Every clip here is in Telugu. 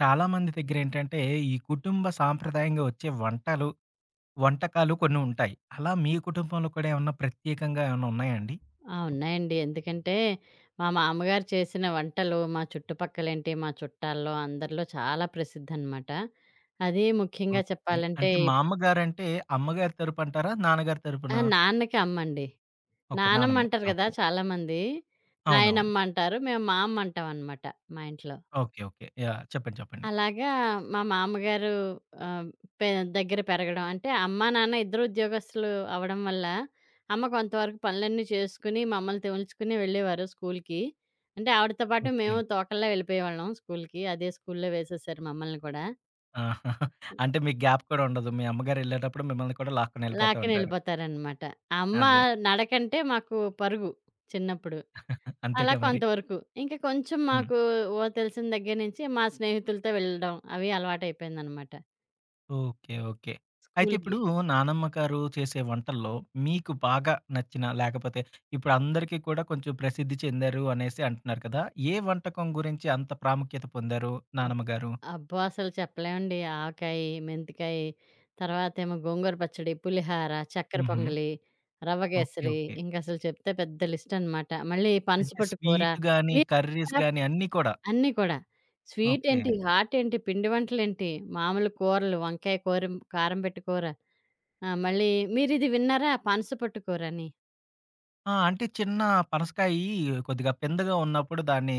చాలా మంది దగ్గరేంటంటే, ఈ కుటుంబ సాంప్రదాయంగా వచ్చే వంటలు, వంటకాలు కొన్ని ఉంటాయి. అలా మీ కుటుంబంలో కూడా ఏమన్నా ప్రత్యేకంగా ఏమన్నా ఉన్నాయా అండి? ఆ! ఉన్నాయండి. ఎందుకంటే, మా మామగారు చేసిన వంటలు మా చుట్టుపక్కలేంటి, మా చుట్టాల్లో అందరిలో చాలా ప్రసిద్ధనమాట. అది ముఖ్యంగా ఓకే. చెప్పాలంటే అంటే మా అమ్మగారంటే, అమ్మగారి తరపంటారా? నాన్నగారి ఆ! తరపునా? నాన్నకి అమ్మండి. ఓకే. నానమ్మ. నానమ్మంటారు గదా! ఓకే. చాలామంది. అవునవును. నాయనమ్మ అంటారు. మేము మా అమ్మ అంటామనమాట మా ఇంట్లో. ఓకే. ఓకే. యాహ్! చెప్పండి. చెప్పండి. అలాగా మా మామగారు ఆహ్, పె దగ్గర పెరగడం. అంటే అమ్మ, నాన్న ఇద్దరు ఉద్యోగస్తులు అవ్వడం వల్ల, అమ్మ కొంతవరకు పనులన్నీ చేసుకుని, మమ్మల్ని తోలుచుకుని వెళ్ళేవారు స్కూల్‌కి. అంటే ఆవిడతో పాటు ఓకే. మేము తోకల్లా వెళ్ళిపోయేవాళ్ళం స్కూల్‌కి. అదే స్కూల్‌లో వేసేశారు మమ్మల్ని కూడా. ఆ! అంటే మీకు గ్యాప్ కూడా ఉండదు. మీ అమ్మగారెళ్ళేటప్పుడు మిమ్మల్ని కూడా లాక్కొనెళ్ళిపోతా ఉంటారు. లాక్కునెళ్ళిపోతారనమాట. అమ్మ అదే. నడకంటే మాకు పరుగు చిన్నప్పుడు. అలా అంతేగా మరి. కొంతవరకు. ఇంక కొంచెం హ్మ్. మాకు ఓ తెలిసిన దగ్గర నుంచి మా స్నేహితులతో వెళ్ళడం అవి అలవాటయిపోయిందనమాట ఓకే. ఓకే. అయితే స్కూల్‌కి. ఇప్పుడు నానమ్మ గారు చేసే వంటల్లో మీకు బాగా నచ్చిన లేకపోతే ఇప్పుడు అందరికీ కూడా కొంచెం ప్రసిద్ధి చెందారు అనేసి అంటున్నారు కదా! ఏ వంటకం గురించి అంత ప్రాముఖ్యత పొందారు అబ్ నానమ్మ గారు? అబ్బో! అసలు చెప్పలేమండి. ఆవకాయి, మెంతికాయి, తర్వాతేమో గోంగూర పచ్చడి, పులిహార, చక్కెర హుహు. పొంగలి, రవ్వ ఓకే. కేసరి ఓకే. ఇంకసలు చెప్తే పెద్ద లిస్టనమాట. మళ్ళీ అంటే పనసపొట్టు కూర. స్వీట్ గాని, మీరు కర్రీస్ చెప్పారా? గాని అన్నీ కూడా. అన్నీ కూడా. ఓకే. స్వీటేంటి, హాటేంటి, పిండి వంటలేంటి, మామూలు కూరలు వంకాయ కూర, కారం పెట్టి కూర. ఆ! మళ్ళీ మీరిది విన్నారా? పనసపొట్టు కూరని. ఆ! అంటే చిన్న పనసకాయి కొద్దిగా పెందగా ఉన్నప్పుడు దాన్ని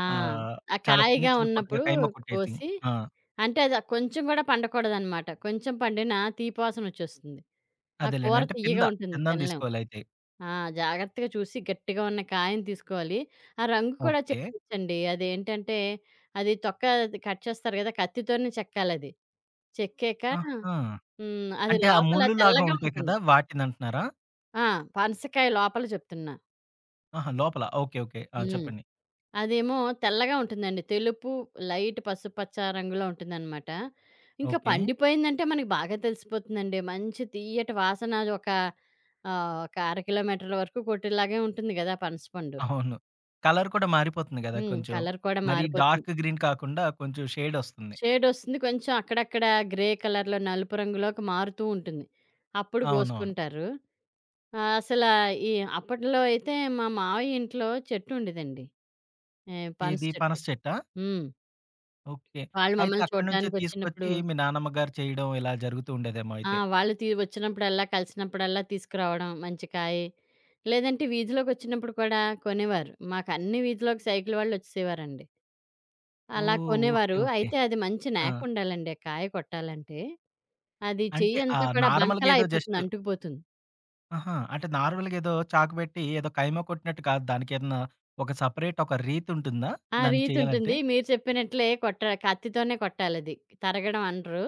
ఆ! ఆహ్, ఆ చాలా చిన్న కాయగా చిన్న పొట్టుగా ఉన్నప్పుడు కైమ కొట్టేసి. కోసి ఆ! అంటే అది కొంచెం గూడా పండకూడదనమాట. కొంచెం పండినా తీపి వాసనొచ్చేస్తుంది. ఆ అదేలెండి. కూర అంటే పింద, తియ్యగా ఉంటుంది. పిందను తినలేం. తీసుకోవాలయితే. ఆ! జాగ్రత్తగా చూసి గట్టిగా ఉన్న కాయని తీసుకోవాలి. ఆ రంగు కూడా ఓకే. చెక్కచ్చండి. అదేంటంటే అది తొక్క అది కట్ చేస్తారు గదా! కత్తితోనే చెక్కాలది. చెక్కాక ఆహా! హ్మ్. అది అంటే ఆ లోపల ముల్లులాగా తెల్లగా ఉంటాయి ఉంటుంది. కదా! వాటినంటున్నారా? ఆ! పనసకాయ లోపల చెప్తున్నా. ఆహా! లోపల. ఓకే. ఓకే. ఆ! హ్మ్. చెప్పండి. అదేమో తెల్లగా ఉంటుందండి. తెలుపు, లైట్ పసుపచ్చ రంగులో ఉంటుందనమాట. ఇంకా ఓకే. పండిపోయిందంటే మనకి బాగా తెలిసిపోతుందండి. మంచి తియ్యటి వాసన అదొక ఒక 1/2 కిలోమీటర్ల వరకు కొట్టేలాగే ఉంటుంది గదా! పనసపండు. అవును. కలర్ కూడా మారిపోతుంది గదా! హ్మ్. కొంచెం. కలర్ కూడా మరీ మారిపోతుంది. డార్క్ గ్రీన్ కాకుండా కొంచెం షేడొస్తుంది. షేడొస్తుంది. కొంచెం అక్కడక్కడ గ్రే కలర్‌లో, నలుపు రంగులోకి మారుతూ ఉంటుంది. అప్పుడు అవునవును. కోసుకుంటారు. ఆహ్, అసల ఈ అప్పట్లో అయితే మా మావయ్య ఇంట్లో చెట్టు ఉండేదండి. ఏ పనస ఏది చెట్టు. పనస చెట్టా? హ్మ్. ఓకే. వాళ్ళు అయితే మమ్మల్ని అక్కడి నుంచే తీసుకొచ్చి చూడ్డానికొచ్చినప్పుడు మీ నానమ్మ గారు చేయడం ఇలా జరుగుతూ ఉండేదేమో ఆ! అయితే. వాళ్ళు వచ్చినప్పుడల్లా, కలిసినప్పుడల్లా తీసుకురావడం మంచి కాయి. లేదంటే వీధిలోకొచ్చినప్పుడు కూడా కొనేవారు. మాకన్ని వీధిలోకి సైకిల్ వాళ్ళొచ్చేసేవారండి. అలా ఓహ్! ఓకే. కొనేవారు. ఓకే. అయితే అది మంచి ఆ! నాకుండాలండి ఆ కాయ కొట్టాలంటే. అది అంటే చెయ్యంతా కూడా నార్మల్‌గా బంకలా ఏదో జస్ట్ అయిపోతుంది, అంటుకుపోతుంది. ఆహా! అంటే నార్మల్‌గా ఏదో చాకు పెట్టి ఏదో కైమా కొట్టినట్టు కాదు. దానికేదన్నా ఒక సెపరేట్ ఒక రీతుంటుందా? ఆ దాన్ని చేయాలంటే? రీతుంటుంది. మీరు చెప్పినట్లే కత్తితోనే కొట్టాలది. తరగడం అనరు.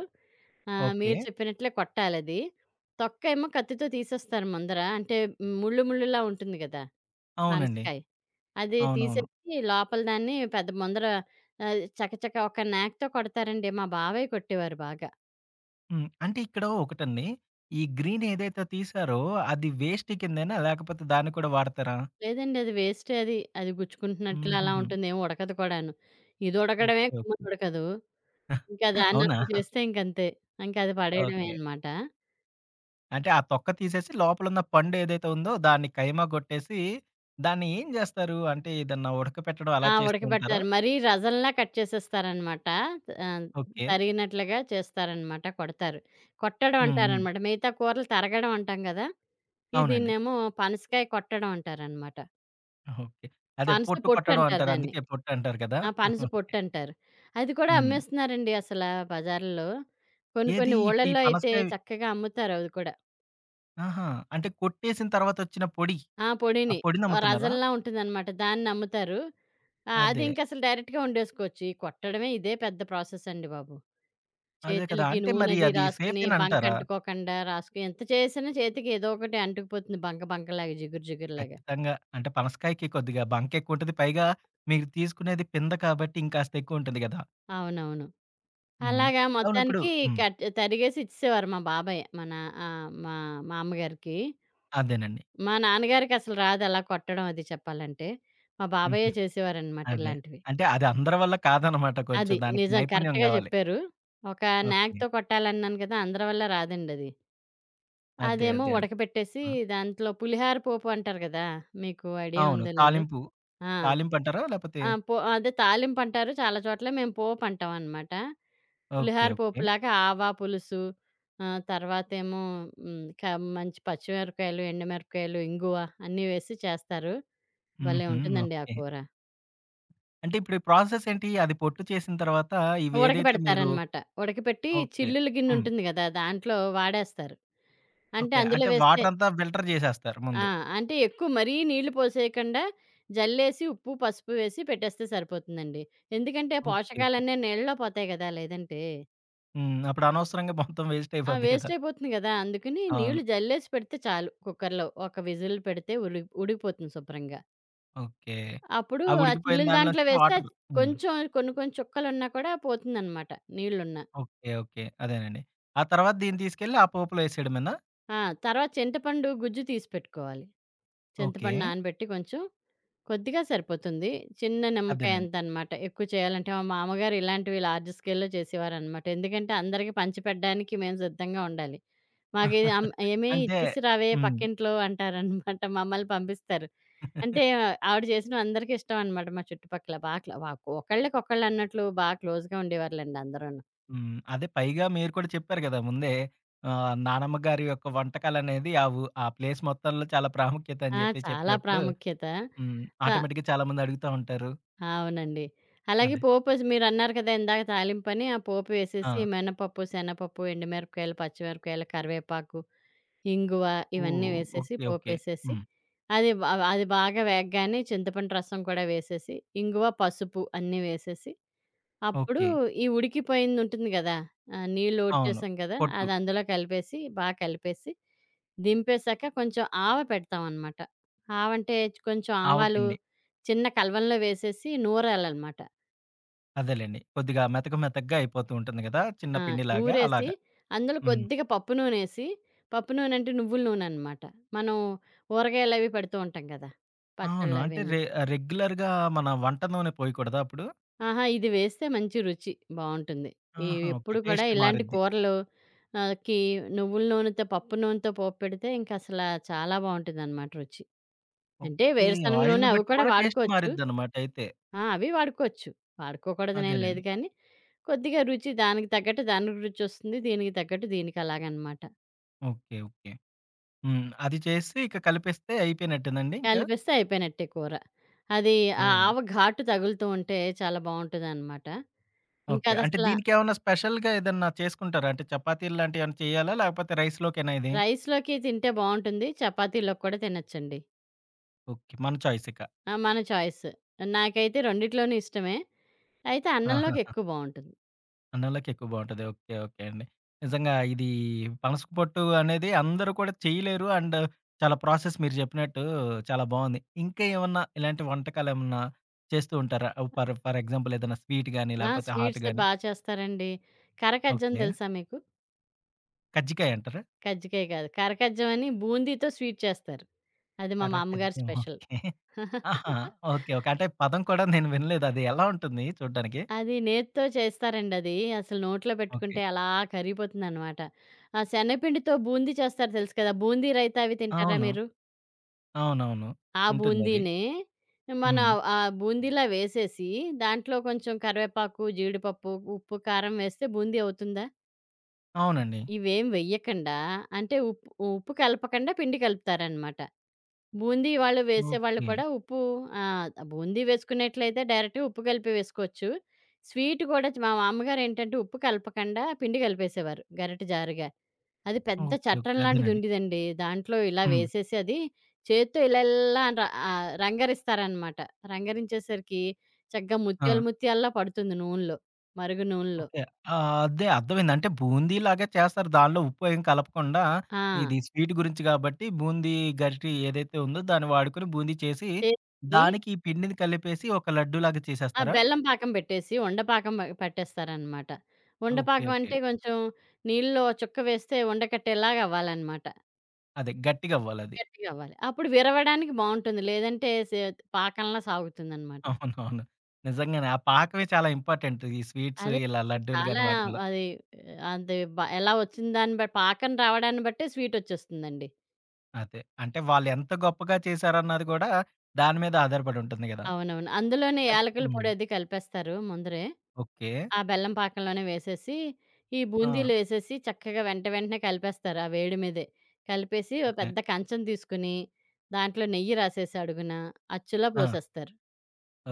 ఓకే. మీరు చెప్పినట్లే కొట్టాలది. తొక్కేమో కత్తితో తీసేస్తారు ముందర. అంటే ముళ్ళు ముళ్ళులా ఉంటుంది గదా! అవునండి. పనసకాయ. అది అవునవును. తీసేసి లోపల దాన్ని పెద్ద ముందర చకచక ఒక నాగ్‌తో కొడతారండి. మా బావయ్య కొట్టేవారు బాగా. హ్మ్. అంటే ఇక్కడ ఒకటండి. ఈ గ్రీన్ ఏదైతే తీశారో అది వేస్ట్ కిందేనా? లేకపోతే దాన్ని కూడా వాడతారా? లేదండి అది వేస్టే అది. అది గుచ్చుకుంటున్నట్లు అలా హుహుహు. ఉంటుంది. ఏం ఉడకదు కూడాను. ఇది ఉడకడమే ఓకే. గమ్మున ఓకే. ఉడకదు. ఇంకా దాన్ని అవునా? అసలు చేస్తే ఇంకంతే. ఇంక అది పడేయడమే ఓకే. అన్నమాట. అంటే ఆ తొక్క తీసేసి లోపలున్న పండు ఏదైతే ఉందో దాన్ని కైమా గొట్టేసి దాన్ని ఏం జేస్తారు? అంటే ఏదన్నా ఉడకపెట్టడం అలా ఆ! చేస్తూ ఉంటారా? ఉడకబెడతారు. మరీ రసంలా కట్ చేసేస్తారన్నమాట. ఆహ్, ఓకే. తరిగినట్లుగా చేస్తారన్నమాట. కొడతారు. కొట్టడం హ్మ్. హ్మ్. అంటారన్నమాట. మిగతా కూరలు తరగడం అంటాం గదా! ఇది అవునండి. దీన్నేమో పనసకాయ కొట్టడం అంటారన్నమాట. ఓకే. అదే పనస పొట్టు కొట్టడం పొట్టంటారు అంటారు. దాన్ని. అందుకే పొట్టు అంటారు కదా! ఆ! పనస పొట్టంటారు. అది కూడా హ్మ్. అమ్మేస్తున్నారండి అసలా బజార్‌లో. కొన్ని ఏది కొన్ని ఇప్పుడు ఈ ఊళ్ళల్లో అయితే పనసకాయ చక్కగా అమ్ముతారు అది కూడా. ఆహా! అంటే కొట్టేసిన తర్వాతొచ్చిన పొడి. ఆ! ఆ పొడిని. పొడిని ఆ అమ్ముతున్నారా? రజంలా ఉంటుందనమాట. దాన్నమ్ముతారు. ఆ! అది అదే. ఇంకసలు డైరెక్ట్‌గా వండేసుకోవచ్చు. ఈ కొట్టడమే ఇదే పెద్ద ప్రాసెస్ అండి బాబు. అదే కదా! చేతులకి అంటే మరి నూనెది అది రాసుకుని, బంక సేఫేనంటారా? అంటుకోకుండా రాసుకొని ఎంత చేసినా చేతికి ఏదో ఒకటి అంటుకుపోతుంది బంక బంకలాగా, జిగురు జిగురులాగా. ఖచ్చితంగా. అంటే పనసకాయకి కొద్దిగా బంకెక్కువుంటది. పైగా మీరు తీసుకునేది పింద కాబట్టి ఇంకాస్త ఎక్కువుంటది గదా! అవునవును. హ్మ్. అలాగా అవును. ఇప్పుడు మొత్తానికి హ్మ్. కట్ తరిగేసి ఇచ్చేసేవారు మా బాబాయ్. మన మా మా అమ్మగారికి. అదేనండి. మా నాన్నగారికి అసలు రాదు అలా కొట్టడం అది చెప్పాలంటే. మా హుహు. బాబాయే చేసేవారనమాట అదే. ఇలాంటివి. అంటే అది అందరి వల్ల కాదనమాట కొంచెం. అది దానికి నిజం నైపుణ్యం కరెక్ట్‌గా గావాలి. చెప్పారు. ఒక ఓకే. నాగ్‌తో కొట్టాలన్నాను కదా! అందరి వల్ల రాదండది. అదే. అదేమో అదే అండి. ఉడకబెట్టేసి ఆ! దాంట్లో పులిహార పోపు అంటారు కదా! మీకు ఐడియా అవును. ఉందో లేదో. తాలింపు. ఆ! తాలింపంటారా? లేపోతే ఆ! అదే తాలింపంటారు. చాలా చోట్ల మేము పోపంటామనమాట. ఓకే. పులిహార ఓకే. పోపులాగా ఆవా పులుసు, తర్వాతేమో హ్మ్, క మంచి పచ్చిమిరపకాయలు, ఎండుమిరపకాయలు, ఇంగువ అన్నీ వేసి చేస్తారు. భలే హుహు. ఉంటుందండి ఆ ఓకే. కూర. అంటే ఇప్పుడు ప్రాసెస్ ఏంటి? అది పొట్టు చేసిన తర్వాత ఇవేదైతే మీరు ఉడకబెడతారనమాట. ఉడకపెట్టి ఓకే. చిల్లుల హ్మ్. గిన్నుంటుంది గదా! దాంట్లో వాడేస్తారు. అంటే ఓకే. అందులో అంటే వేస్తే వాటరంతా ఫిల్టర్ చేసేస్తారు ఆ! ముందు. అంటే ఎక్కువ మరీ నీళ్లు పోసేయకండా జల్లేసి ఉప్పు, పసుపు వేసి పెట్టేస్తే సరిపోతుందండి. ఎందుకంటే ఆ ఓకే. ఓకే. పోషకాలన్నీ నీళ్ళలో పోతాయి గదా! లేదంటే. హ్మ్. అప్పుడు అనవసరంగా మొత్తం వేస్ట్ ఆ! అయిపోద్ది వేస్ట్ కదా! అయిపోతుంది గదా! అందుకని అవును. నీళ్లు జల్లేసి పెడితే చాలు కుక్కర్‌లో. ఒక విజిల్ పెడితే ఉడికిపోతుంది శుభ్రంగా. ఓకే. అప్పుడు ఆ ఆ ఉడికిపోయిన చిల్లులు దాంట్లో దానిలోంచి వేస్తే వాటర్ అది హ్మ్. కొంచెం కొన్ని కొన్ని చుక్కలున్నా కూడా పోతుందనమాట నీళ్లున్నా. ఓకే. ఓకే. అదేనండి. ఆ తర్వాత దీన్ని తీసుకెళ్ళి ఆ పోపులో ఏసేయడమేనా? ఆ! తర్వాత చింతపండు గుజ్జు తీసి పెట్టుకోవాలి. ఓకే. చింతపండు నానబెట్టి కొంచెం కొద్దిగా సరిపోతుంది. చిన్న నిమ్మకాయ అదేనండి. అంతనమాట. ఎక్కువ చేయాలంటే మా మామగారు ఇలాంటివి లార్జ్ స్కేల్‌లో చేసేవారనమాట. ఎందుకంటే అందరికి పంచిపెట్టడానికి మేము సిద్ధంగా ఉండాలి. మాకి "ఏమే అంటే ఇచ్చేసి రావే హ్మ్. పక్కింట్లో" అంటారనమాట. మమ్మల్ని పంపిస్తారు. హ్మ్. అంటే ఆవిడ చేసినవి అందరికి ఇష్టం అనమాట మా చుట్టుపక్కల. బా క్లా బా ఒకళ్ళకొకళ్ళు అన్నట్లు బా క్లోజ్‌గా ఉండేవారులెండి అందరూను. అదే పైగా మీరు కూడా చెప్పారు కదా! ముందే నానమ్మ గారి యొక్క వంటకాలనేది ఆ ఊ ఆ ప్లేస్ మొత్తంలో చాలా ప్రాముఖ్యత అని ఆ! చెప్పి చాలా చెప్పినప్పుడు ప్రాముఖ్యత. హ్మ్. ద ఆటోమేటిక్‌గా చాలా మంది అడుగుతా ఉంటారు. అవునండి. అలాగే అదే. పోపేసి మీరన్నారు కదా! ఇందాక తాలింపని. ఆ పోపు వేసేసి ఆ! మినపప్పు, శనగపప్పు, ఎండుమిరపకాయలు, పచ్చిమిరపకాయలు, కరివేపాకు, ఇంగువ ఇవన్నీ ఓహ్! వేసేసి ఓకే. ఓకే. పోపేసేసి హ్మ్. అది బ అది బాగా వేగగానే చింతపండు రసం కూడా వేసేసి, ఇంగువ, పసుపు అన్నీ వేసేసి అప్పుడు ఓకే. ఈ ఉడికిపోయింది ఉంటుంది గదా! నీళ్ళు అవును. ఓడ్చేసాం కదా! పొట్టు. అది అందులో కలిపేసి బాగా కలిపేసి దింపేసాక కొంచెం ఆవ పెడతామనమాట. ఆవంటే కొంచెం ఆవ ఆవాలు పిండి. చిన్న కలవంలో వేసేసి నూరాలనమాట. అదేలెండి. కొద్దిగా మెతక మెతకగా అయిపోతూ ఉంటుంది గదా! చిన్న ఆ! పిండిలాగా నూరేసి అలాగా. అందులో హ్మ్. కొద్దిగా పప్పు నూనేసి, పప్పు నూనె అంటే నువ్వుల నూనెనమాట. మనం ఊరగాయలవి పెడుతూ ఉంటాం కదా! అవును. అంటే పచ్చళ్ళవేను. రెగ్యులర్‌గా మన వంట నూనె పోయకూడదా అప్పుడు? ఆహా! ఇది వేస్తే మంచి రుచి బావుంటుంది. ఈ ఆహా! ఓకే. ఎప్పుడు కూడా టేస్ట్ ఇలాంటి మారిద్ది. కూరలు ఆహ్, కి నువ్వుల నూనెతో, పప్పు నూనెతో పోపు పెడితే ఇంక అసల చాలా బావుంటుందనమాట రుచి. అంటే ఓకే. వేరుశనగ నూనె ఆయిల్‌ని అవి బట్టి కూడా కూడా టేస్ట్ వాడుకోవచ్చు. మారిద్దనమాట అయితే. ఆ! అవి వాడుకోవచ్చు. వాడుకోకూడదనేం లేదు అదేలెండి. కానీ, కొద్దిగా రుచి దానికి తగ్గట్టు దానికి రుచొస్తుంది. దీనికి తగ్గట్టు దీనికి అలాగనమాట. ఓకే. ఓకే. హ్మ్. అది చేసి ఇక కలిపేస్తే అయిపోయినట్టేనండి ఇంకా? కలిపేస్తే అయిపోయినట్టే కూర. అది ఆ ఓహ్! ఆవ ఘాటు తగులుతూ ఉంటే చాలా బావుంటదనమాట. ఇంకా ఓకే. అంటే అదసల దీనికేమన్నా స్పెషల్‌గా ఏదన్నా చేసుకుంటారా? అంటే చపాతీలు లాంటియేమన్నా చేయాలా? లేకపోతే రైస్‌లోకేనా ఇది? రైస్‌లోకి తింటే బావుంటుంది. చపాతీలోకి కూడా తినొచ్చండి. ఓకే. మన చాయిస్ ఇక. ఆ! మన చాయిస్. నాకైతే రెండిట్లోనూ ఇష్టమే. అయితే ఆహా! అన్నంలోకి ఎక్కువ బావుంటుంది. అన్నోళ్ళకి ఎక్కువ బావుంటది. ఓకే. ఓకే అండి. నిజంగా ఇది పనస పొట్టు అనేది అందరూ కూడా చేయలేరు. అండ్ చాలా ప్రాసెస్ మీరు చెప్పినట్టు చాలా బావుంది. ఇంకా ఏమన్నా ఇలాంటి వంటకాలేమన్నా చేస్తూ ఉంటారా? ఫర్ ఫర్ ఎగ్జాంపుల్ ఏదైనా స్వీట్ గాని, ఆ! లేకపోతే హాట్ స్వీట్స్ గాని. బా చేస్తారండి. కరకజ్జం ఓకే. తెలుసా మీకు? కజ్జికాయ అంటారా? కజ్జికాయ కాదు. కరకజ్జం అని బూందీతో స్వీట్ చేస్తారు. అది మా కర్ర మా అమ్మగారి కజ్జియం. స్పెషల్. ఓకే. ఆహా! ఓకే. ఓకే. అంటే పదం కూడా నేను వినలేదు. అది ఎలా ఉంటుంది చూడ్డానికి? అది నేతితో చేస్తారండి అది. అసలు నోట్లో ఓకే. పెట్టుకుంటే అలా కరిగిపోతుందనమాట. ఆ శనగపిండితో బూందీ చేస్తారు తెలుసు కదా! బూందీ రైతా అవి తింటారా అవును. మీరు? అవునవును. ఆ ఉంటుందది. బూందీనే మనం హ్మ్. ఆ ఆ బూందీలా వేసేసి దాంట్లో కొంచెం కరివేపాకు, జీడిపప్పు, ఉప్పు, కారం వేస్తే బూందీ అవుతుందా? అవునండి. ఇవేం వెయ్యకండా అంటే ఉప్పు ఉప్పు కలపకండా పిండి కలుపుతారనమాట. బూందీ వాళ్ళు వేసేవాళ్ళు ఓకే. కూడా ఉప్పు ఆ! బూందీ వేసుకునేట్లయితే డైరెక్ట్‌గా ఉప్పు కలిపి వేసుకోవచ్చు. స్వీట్ కూడా మా మామ్మగారేంటంటే ఉప్పు కలపకండా పిండి కలిపేసేవారు గరిటె జారుగా. అది పెద్ద ఓకే. ఓకే. చట్రం అదేనండి. లాంటిదుండేదండి. దాంట్లో ఇలా హ్మ్. వేసేసి అది చేత్తో ఇలా ఇలా రంగరిస్తారనమాట. రంగరించేసరికి చక్కగా ఆ! ముత్యాల్లా పడుతుంది నూనెలో. మరుగు నూనెలో. ఓకే. ఆ! అదే అర్థమైంది. అంటే బూందీ లాగా చేస్తారు. దానిలో ఉప్పు ఏం కలపకుండా ఆ! ఇది స్వీట్ గురించి గాబట్టి బూందీ గరిటె ఏదైతే ఉందో దాన్ని వాడుకొని బూందీ చేసి, చేసి దానికి ఈ పిండిని కలిపేసి ఒక లడ్డూలాగా ఆ! చేసేస్తారా? బెల్లం పాకం బెట్టేసి ఉండపాకం బ పట్టేస్తారనమాట. ఓకే. ఉండపాకం ఓకే. అంటే కొంచెం నీళ్ళలో చుక్క వేస్తే ఉండకట్టేలాగా అవ్వాలనమాట. అదే గట్టిగవ్వాలది. గట్టిగా అవ్వాలి. అప్పుడు విరవడానికి బావుంటుంది. లేదంటే సే పాకంలా సాగుతుందనమాట. అవునవును. నిజంగానే ఆ పాకమే చాలా ఇంపార్టెంట్. ఈ స్వీట్స్ అదే ఇలా లడ్డూలు గాని చాలా వాటిల్లో. అది అది బ ఎలా వచ్చిన దాన్ని బట్టి పాకం రావడాన్ని బట్టే స్వీటొచ్చేస్తుందండి. అదే. అంటే వాళ్ళు ఎంత గొప్పగా చేశారన్నది గూడా దాని మీద ఆధారపడి ఉంటుంది గదా! అవునవును. అందులోనే అది యాలకుల హ్మ్. పొడి అది కలిపేస్తారు ముందరే. ఓకే. ఆ బెల్లం పాకంలోనే వేసేసి, ఈ ఆ! బూందీలో ఏసేసి చక్కగా వెంట వెంటనే కలిపేస్తారు. ఆ వేడి మీదే. కలిపేసి ఓ ఓకే. పెద్ద కంచం తీసుకుని, దాంట్లో నెయ్యి రాసేసి అడుగున అచ్చులో ఆ! పోసేస్తారు.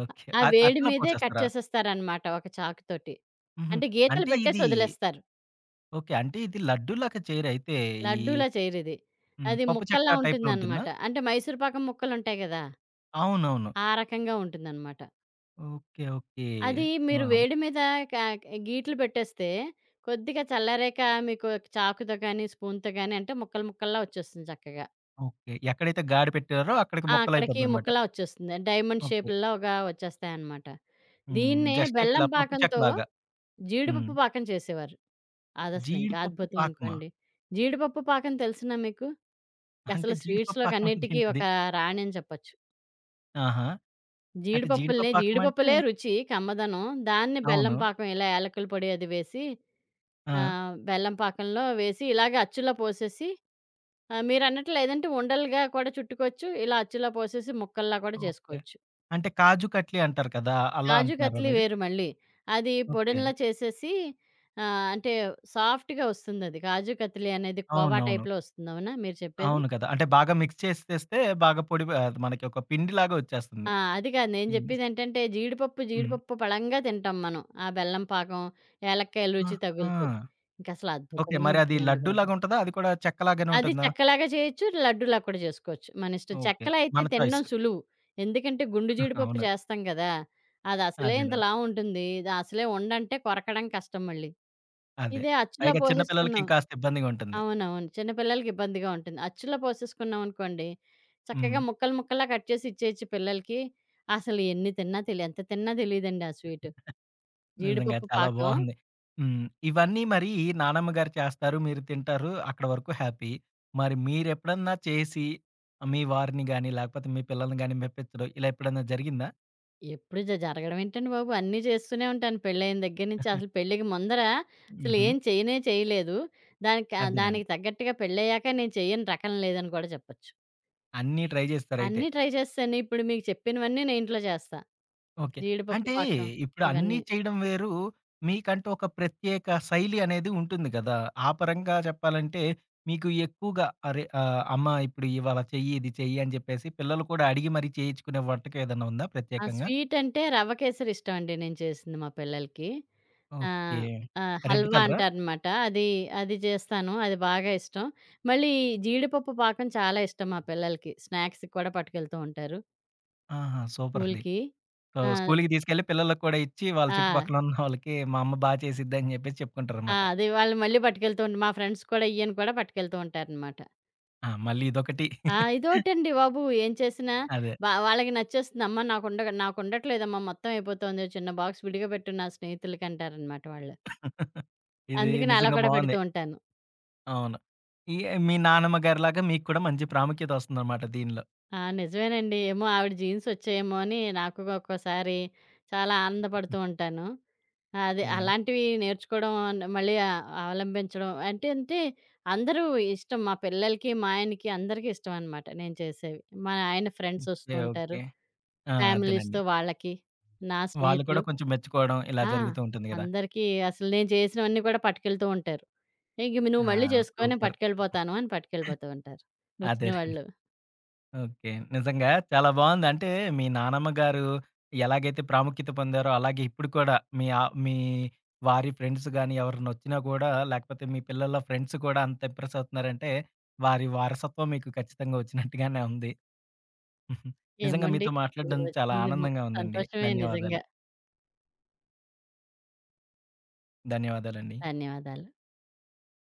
ఓకే. ఆ అత్ వేడి అట్లా మీదే కట్ పోసేస్తారా? చేసేస్తారనమాట ఒక చాకుతోటి. హుహు. అంటే గీతలు అంటే పెట్టేసి ఇది వదిలేస్తారు. ఓకే. అంటే ఇది లడ్డూలాగా చేయరైతే ఈ లడ్డూలా చేయరిది. హ్మ్. అది పప్పు ముక్కల్లా చెక్క టైప్‌లో ఉంటుందా? ఉంటుందనమాట. అంటే మైసూరు పాకం ముక్కలుంటాయి గదా! అవునవును. ఆ రకంగా ఉంటుందనమాట. ఓకే. ఓకే. అది ఆ! మీరు వేడి మీద కా గీట్లు పెట్టేస్తే, కొద్దిగా చల్లారాక మీకు చాకుతో గానీ, స్పూన్‌తో గానీ అంటే ముక్కలు ముక్కల్లా వచ్చేస్తుంది చక్కగా. ఓకే. ఎక్కడైతే గాడి పెట్టారో అక్కడికి ఆ! అక్కడికి ముక్కలయిపోద్దనమాట. ముక్కలా వచ్చేస్తుంది. Diamond okay. షేపుల్లాగా వచ్చేస్తాయనమాట. హ్మ్. దీన్నే జస్ట్ లైక్ ఇలా బెల్లం పప్పు పాకంతో చెక్కలాగా. హ్మ్. జీడిపప్పు పాకం చేసేవారు. అదసలు ఇంకా జీడిపప్పు అద్భుతం పాకమా? అనుకోండి. జీడిపప్పు పాకం తెలిసినా మీకు? అంటే అసలు జీడిపప్పు పాకం అంటే స్వీట్స్‌లోకన్నిటికి ఏంటది? ఒక రాణి అని చెప్పొచ్చు. ఆహా! అంటే జీడిపప్పు పాకం అంటే జీడిపప్పులే రుచి, కమ్మదనం. దాన్ని బెల్లం అవును. పాకం ఇలా యాలకుల పొడి అది వేసి ఆ! ఆ! బెల్లం పాకంలో వేసి ఇలాగే అచ్చులో పోసేసి మీరన్నట్లు లేదంటే ఉండలుగా కూడా చుట్టుకోవచ్చు. ఇలా అచ్చులో పోసేసి ముక్కల్లా కూడా ఓకే. చేసుకోవచ్చు. అంటే కాజు కట్లీ అంటారు కదా! అలా కాజు అంటున్నారా కత్లీ మీరు? వేరు మళ్ళీ. అది ఓకే. పొడినిలా చేసేసి అంటే సాఫ్ట్‌గా వస్తుందది. కాజు కత్లీ అనేది కోవా అవునవును. టైప్‌లో వస్తుంది. అవునా మీరు చెప్పేది? అవును కదా! అంటే బాగా మిక్స్ చేసి తెస్తే బాగా పొడి అది మనకి ఒక పిండిలాగా వచ్చేస్తుంది. ఆ! అది కాదు నేను హ్మ్. చెప్పేదేంటంటే హ్మ్. జీడిపప్పు పళంగా తింటాం మనం. ఆ బెల్లం పాకం, ఏలక్కాయ రుచి ఆహా! ఆ! తగులుతూ. ఇంకసలు ఓకే. అద్భుతంగా మరి అది ఉంటుందండి బాబు. లడ్డూలాగా ఉంటదా? అది కూడా చెక్కలాగానే అది ఉంటుందా? చెక్కలాగా చేయొచ్చు. లడ్డూలా కూడా చేసుకోవచ్చు. మనిష్టం. ఓకే. చెక్కలో అయితే మన చాయిస్. తినడం సులువు. ఎందుకంటే గుండు జీడిపప్పు అవును. చేస్తాం గదా! అదసలే ఇంత అదేనండి. లావు ఉంటుంది. ఇది అసలే ఉండంటే కొరకడం కష్టం మళ్ళీ. అదే. ఇదే అచ్చులో పైగా చిన్న పిల్లలకి పోసేసుకున్నాం ఇంకాస్త ఇబ్బందిగా ఉంటుంది. అవునవును. చిన్న పిల్లలకి ఇబ్బందిగా ఉంటుంది. అచ్చులో పోసేసుకున్నాం అనుకోండి, చక్కగా హ్మ్. ముక్కలు ముక్కలా కట్ చేసి ఇచ్చేయచ్చు పిల్లలకి. అసలు ఎన్ని తిన్నా తెలి ఎంత తిన్నా తెలీదండి ఆ స్వీటు. నిజంగా జీడిపప్పు చాలా పాకం బాగుంది. హ్మ్. ఇవన్నీ మరి నానమ్మ గారు చేస్తారు. మీరు తింటారు. అక్కడి వరకు హ్యాపీ. మరి మీరెప్పుడన్నా చేసి మీ వారిని గాని, లేకపోతే మీ పిల్లల్ని గాని మెప్పించడం ఇలా ఎప్పుడన్నా జరిగిందా? ఎప్పుడు జ జరగడం ఏంటండి బాబు! అన్నీ చేస్తూనే ఉంటాను. పెళ్ళైన దగ్గర నుంచి అసలు పెళ్ళికి ముందర అసలు హుహు. ఏం చేయనే చేయలేదు. అదేనండి. దానికి తగ్గట్టుగా పెళ్ళయ్యాక నేను చేయని రకం లేదని కూడా చెప్పొచ్చు. అన్నీ ట్రై జేస్తారైతే. అన్నీ ట్రై చేస్తాను. ఇప్పుడు మీకు చెప్పినవన్నీ నేను ఇంట్లో చేస్తా. ఓకే. జీడిపప్పు అంటే పాకం ఇప్పుడు అన్నీ ఇవన్నీ. చేయడం వేరు. మీకంటూ ఒక ప్రత్యేక శైలి అనేది ఉంటుంది గదా! ఆ పరంగా చెప్పాలంటే మీకు ఎక్కువగా అరే అమ్మ ఇప్పుడు ఇవాళ చెయ్యి, ఇది చెయ్యి అని జెప్పేసి పిల్లలు కూడా అడిగి మరి చేయించుకునే వంటకం ఏదన్నా ఉందా ఆ! ప్రత్యేకంగా? స్వీట్ అంటే రవ్వ కేసరి ఇష్టం అండి నేను చేసింది మా పిల్లలకి. ఓకే. ఆహ్, రెడ్ హల్వా కలరా? అంటారనమాట. అది అది చేస్తాను. అది బాగా ఇష్టం. మళ్ళీ ఈ జీడిపప్పు పాకం చాలా ఇష్టం మా పిల్లలకి. స్నాక్స్‌కి కూడా పట్టుకెళ్తూ ఉంటారు. ఆహా! సూపర్ అది. స్కూల్‌కి. సో, ఆ! స్కూలుకి తీసుకెళ్ళి పిల్లలకి కూడా ఇచ్చి వాళ్ళ ఆ! చుట్టుపక్కల ఉన్న వాళ్ళకి మా అమ్మ బా చేసిద్దని జెప్పేసి ఆ! చెప్పుకుంటారనమాట. అది వాళ్ళు మళ్ళీ పట్టుకెళ్తూ ఉండి మా ఫ్రెండ్స్ కూడా ఈయన కూడా పట్టుకెళ్తూ ఉంటారనమాట. ఆ! మళ్ళీ ఇదొకటి. ఆ! ఇదోటండి బాబు ఏం చేసినా అదే. వాళ్ళకి నచ్చేస్తుంది. అమ్మ నాకుండట్లేదమ్మా మొత్తం అయిపోతోంది. చిన్న బాక్స్ విడిగా పెట్టు నా స్నేహితులకంటారనమాట వాళ్ళు. ఇది అందుకని అలా నిజంగా కూడా బావుంది. పెడుతూ ఉంటాను. అవును. ఈ మీ నానమ్మ గారిలాగా మీకు కూడా మంచి ప్రాముఖ్యత వస్తుందన్నమాట దీనిలో. ఆ! నిజమేనండి. ఏమో ఆవిడ జీన్స్ వచ్చాయేమో అని నాకు ఒక్కోసారి చాలా ఆనందపడుతూ ఉంటాను. అది యాహ్! అలాంటివి నేర్చుకోవడం మళ్ళీ అవలంబించడం అంటే అంటే అందరూ ఇష్టం. మా పిల్లలకి, మా ఆయనకి అందరికీ ఇష్టం అనమాట నేను చేసేవి. మా ఆయన ఫ్రెండ్స్ వస్తూ ఓకే. ఉంటారు. ఓకే. ఆ! అదేనండి. ఫ్యామిలీస్‌తో వాళ్ళకి, నా వాళ్ళు కూడా స్నేహితులు కొంచెం మెచ్చుకోవడం ఇలా ఆ! జరుగుతూ ఉంటుంది గదా! అందరికీ అసలు నేను చేసినవన్నీ కూడా పట్టుకెళ్తూ ఉంటారు. ఇంక ఆ! నువ్వు మళ్ళీ చేసుకో నేను సూపర్. పట్టుకెళ్ళిపోతాను అని పట్టుకెళ్ళిపోతూ ఉంటారు వచ్చిన అదేనండి. వాళ్ళు. ఓకే. నిజంగా చాలా బావుంది. అంటే మీ నానమ్మ గారు ఎలాగైతే ప్రాముఖ్యత పొందారో, అలాగే ఇప్పుడు కూడా మీ ఆ మీ వారి ఫ్రెండ్స్ గాని ఎవరైనా వచ్చినా కూడా లేకపోతే మీ పిల్లల ఫ్రెండ్స్ కూడా అంత ఇంప్రెస్ అవుతున్నారంటే వారి వారసత్వం మీకు ఖచ్చితంగా వచ్చినట్టుగానే ఉంది. నిజంగా ఏమండి! మీతో మాట్లాడడం చాలా వచ్చింది మొ ఆనందంగా ఉందండి. సంతోషమే ధన్యవాదాలు. నిజంగా. ధన్యవాదాలండి. ధన్యవాదాలు.